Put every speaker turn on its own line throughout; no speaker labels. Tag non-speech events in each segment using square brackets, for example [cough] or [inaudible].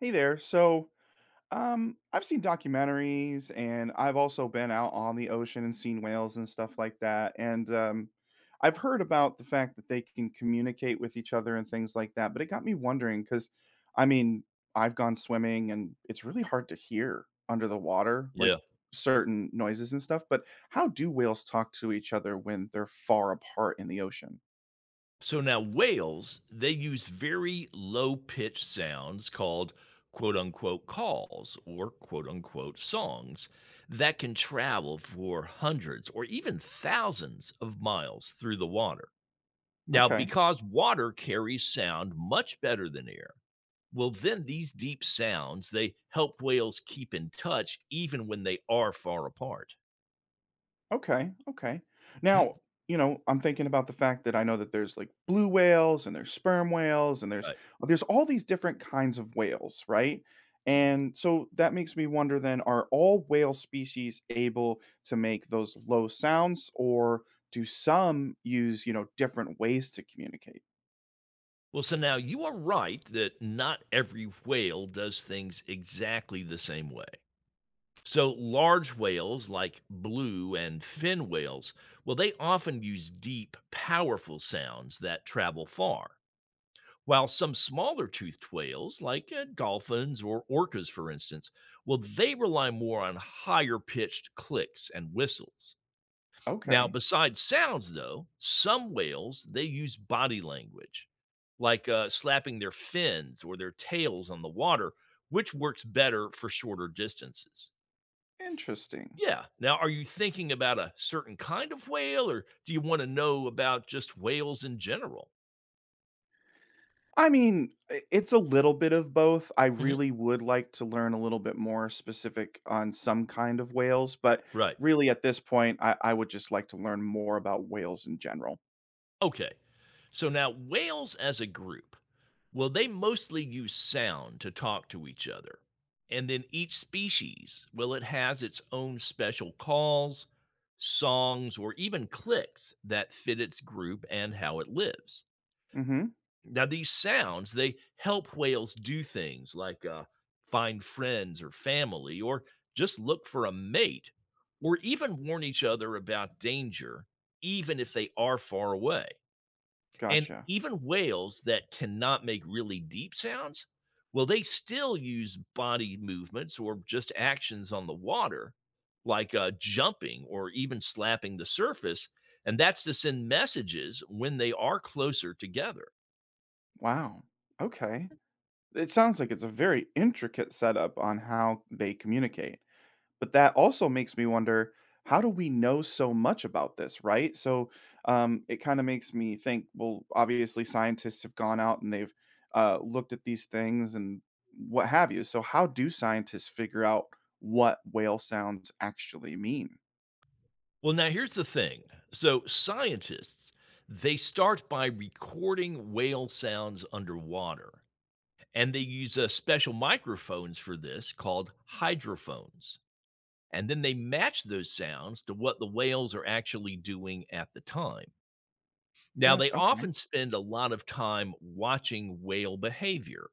Hey there. I've seen documentaries, and I've also been out on the ocean and seen whales and stuff like that. And I've heard about the fact that they can communicate with each other and things like that. But it got me wondering because, I mean, I've gone swimming and it's really hard to hear under the water, like
Yeah.
certain noises and stuff. But how do whales talk to each other when they're far apart in the ocean?
So now whales, they use very low pitched sounds called quote unquote calls or quote unquote songs that can travel for hundreds or even thousands of miles through the water. Now,
Okay.
because water carries sound much better than air, well then these deep sounds, they help whales keep in touch even when they are far apart.
Okay, okay.
Hmm?
Now, I'm thinking about the fact that I know that there's like blue whales and there's sperm whales and there's
Right.
uh, there's all these different kinds of whales, right? And so that makes me wonder, then, are all whale species able to make those low sounds, or do some use, you know, different ways to communicate?
Well, so now you are right that not every whale does things exactly the same way. So, large whales like blue and fin whales, well, they often use deep, powerful sounds that travel far. While some smaller toothed whales, like dolphins or orcas, for instance, well, they rely more on higher pitched clicks and whistles. Now,
Okay.
besides sounds, though, some whales they use body language, like slapping their fins or their tails on the water, which works better for shorter distances.
Interesting.
Yeah. Now, are you thinking about a certain kind of whale, or do you want to know about just whales in general?
I mean, I It's a little bit of both. I
hmm
really would like to learn a little bit more specific on some kind of whales, but
Right.
really at this point, I would just like to learn more about whales in general.
Okay. So now whales as a group, well, they mostly use sound to talk to each other. And then each species, well, it has its own special calls, songs, or even clicks that fit its group and how it lives.
Hmm.
Now, these sounds, they help whales do things like find friends or family, or just look for a mate, or even warn each other about danger, even if they are far away. And
Gotcha.
even whales that cannot make really deep sounds, well, they still use body movements or just actions on the water, like jumping or even slapping the surface. And that's to send messages when they are closer together.
Wow. Okay. It sounds like it's a very intricate setup on how they communicate. But that also makes me wonder, how do we know so much about this, right? It kinda makes me think, well, obviously, scientists have gone out and they've looked at these things and what have you. So how do scientists figure out what whale sounds actually mean?
Well, now here's the thing. So, scientists, they start by recording whale sounds underwater, and they use special microphones for this called hydrophones. And then they match those sounds to what the whales are actually doing at the time. Now, they
Gotcha,
often
okay.
spend a lot of time watching whale behavior,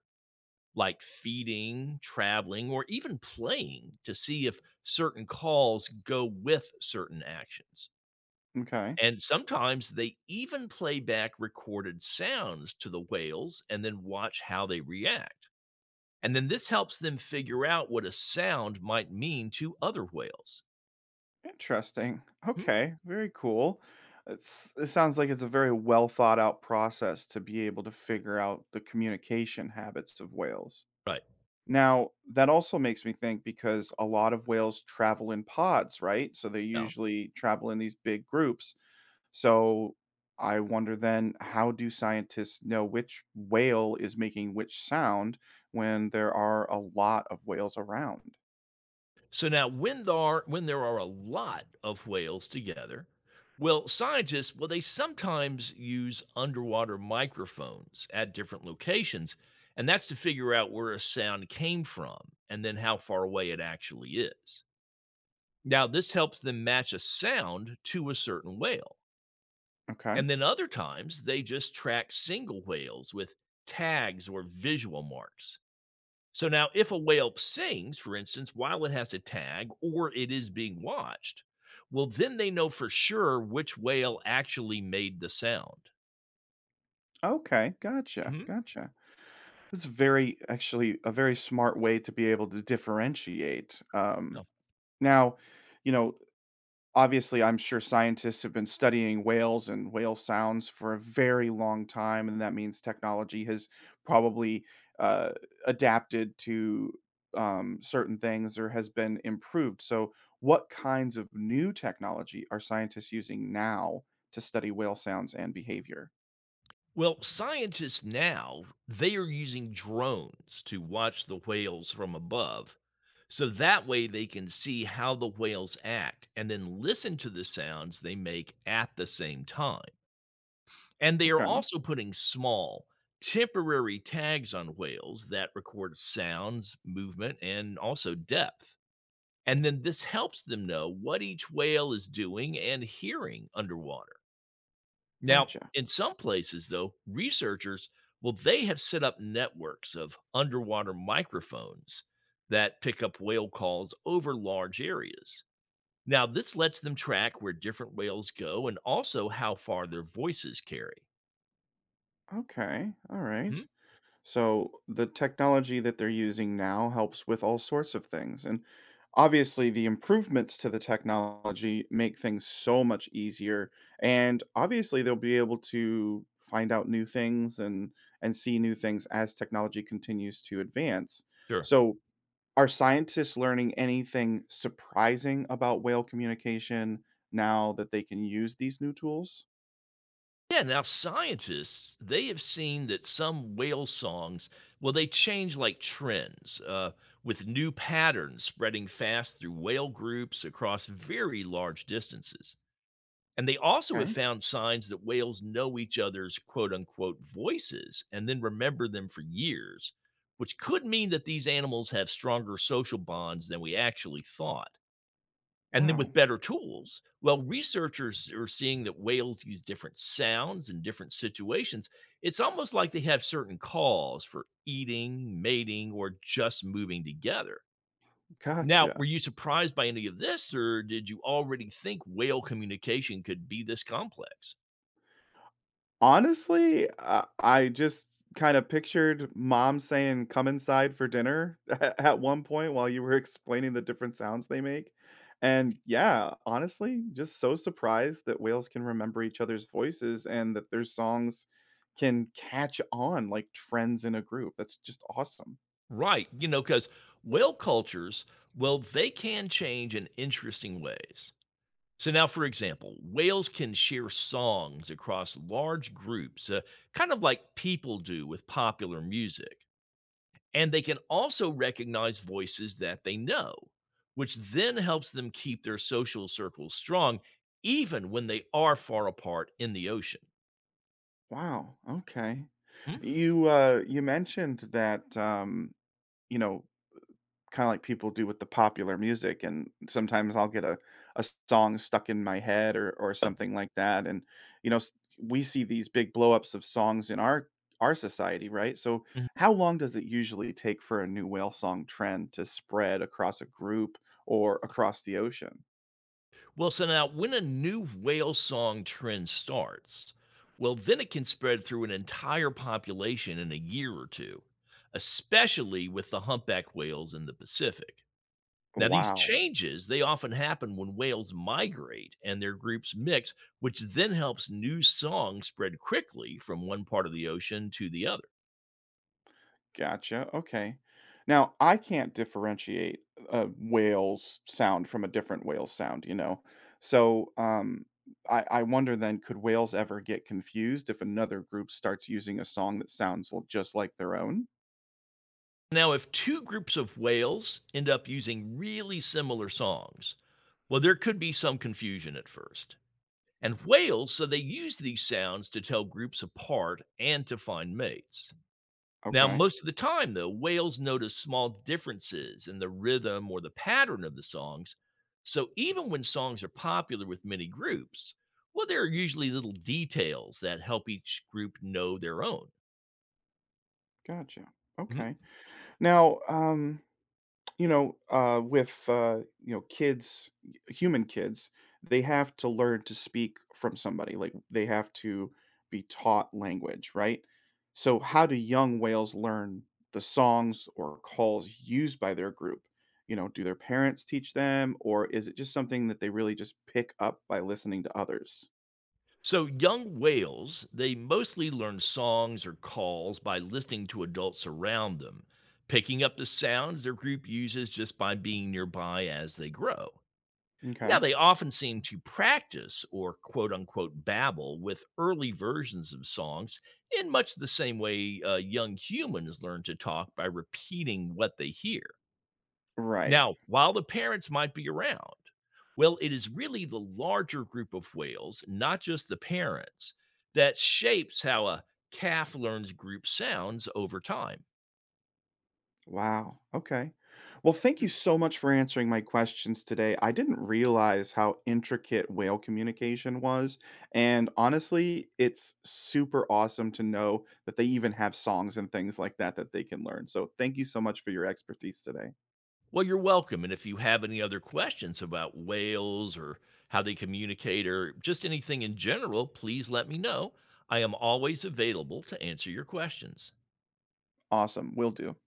like feeding, traveling, or even playing to see if certain calls go with certain actions.
Okay.
And sometimes they even play back recorded sounds to the whales and then watch how they react. And then this helps them figure out what a sound might mean to other whales.
Interesting.
Hmm?
Okay, very cool. It sounds like it's a very well thought out process to be able to figure out the communication habits of whales.
Right.
Now, that also makes me think, because a lot of whales travel in pods, right? So they
Yeah.
usually travel in these big groups. So I wonder then, how do scientists know which whale is making which sound when there are a lot of whales around?
So now when there are a lot of whales together, well, scientists, well, they sometimes use underwater microphones at different locations, and that's to figure out where a sound came from and then how far away it actually is. Now, this helps them match a sound to a certain whale.
Okay.
And then other times they just track single whales with tags or visual marks. So now, if a whale sings, for instance, while it has a tag or it is being watched, well, then they know for sure which whale actually made the sound.
Okay. Gotcha.
hmm
Gotcha. It's very, actually, a very smart way to be able to differentiate.
Oh.
Now, you know, obviously, I'm sure scientists have been studying whales and whale sounds for a very long time, and that means technology has probably, uh, adapted to, certain things, or has been improved. So what kinds of new technology are scientists using now to study whale sounds and behavior?
Well, scientists now they are using drones to watch the whales from above. So that way they can see how the whales act and then listen to the sounds they make at the same time. And they are
Okay,
also putting small, temporary tags on whales that record sounds, movement, and also depth. And then this helps them know what each whale is doing and hearing underwater. Now,
gotcha.
in some places, though, researchers, well, they have set up networks of underwater microphones that pick up whale calls over large areas. Now, this lets them track where different whales go and also how far their voices carry.
Okay,
Hmm?
alright. So the technology that they're using now helps with all sorts of things. And obviously, the improvements to the technology make things so much easier. And obviously, they'll be able to find out new things, and see new things as technology continues to advance.
Sure.
So, are scientists learning anything surprising about whale communication now that they can use these new tools?
Yeah, now scientists, they have seen that some whale songs, well, they change like trends, with new patterns spreading fast through whale groups across very large distances. And they also have
Okay.
found signs that whales know each other's quote unquote voices and then remember them for years, which could mean that these animals have stronger social bonds than we actually thought. And then with
Wow.
better tools, well, researchers are seeing that whales use different sounds in different situations. It's almost like they have certain calls for eating, mating, or just moving together. Now, were
Gotcha.
you surprised by any of this, or did you already think whale communication could be this complex?
Honestly, I just kind of pictured mom saying, "Come inside for dinner," [laughs] at one point while you were explaining the different sounds they make. And yeah, honestly, just so surprised that whales can remember each other's voices, and that their songs can catch on like trends in a group. That's just awesome.
Right. You know, because whale cultures, well, they can change in interesting ways. So now, for example, whales can share songs across large groups, kind of like people do with popular music. And they can also recognize voices that they know, which then helps them keep their social circles strong, even when they are far apart in the ocean.
Wow. Okay.
Hmm?
You mentioned that you know, kinda like people do with the popular music, and sometimes I'll get a song stuck in my head or something like that, and, you know, s we see these big blowups of songs in our society, right? So how long does it usually take for a new whale song trend to spread across a group or across the ocean?
Well, so now when a new whale song trend starts, well, then it can spread through an entire population in a year or two, especially with the humpback whales in the Pacific. Now, these
Wow.
changes, they often happen when whales migrate and their groups mix, which then helps new songs spread quickly from one part of the ocean to the other.
Gotcha, okay. Now, I can't differentiate a whale's sound from a different whale's sound, you know? So I wonder then, could whales ever get confused if another group starts using a song that sounds l just like their own?
Now, if two groups of whales end up using really similar songs, well, there could be some confusion at first. And whales, so they use these sounds to tell groups apart and to find mates. Now,
Okay,
most of the time, though, whales notice small differences in the rhythm or the pattern of the songs. So even when songs are popular with many groups, well, there are usually little details that help each group know their own.
gotcha,
Mhm.
okay. Now, you know, with you know, kids, human kids, they have to learn to speak from somebody. Like, they have to be taught language, right? So how do young whales learn the songs or calls used by their group? You know, do their parents teach them, or is it just something that they really just pick up by listening to others?
So, young whales, they mostly learn songs or calls by listening to adults around them, picking up the sounds their group uses just by being nearby as they grow. Now,
Okay,
they often seem to practice or quote unquote babble with early versions of songs in much the same way young humans learn to talk by repeating what they hear.
right.
Now, while the parents might be around, well, it is really the larger group of whales, not just the parents, that shapes how a calf learns group sounds over time.
Wow. Okay. Well, thank you
Mm.
so much for answering my questions today. I didn't realize how intricate whale communication was. And honestly, it's super awesome to know that they even have songs and things like that that they can learn. So thank you so much for your expertise today.
Well, you're welcome. And if you have any other questions about whales or how they communicate or just anything in general, please let me know. I am always available to answer your questions.
Awesome. Will do.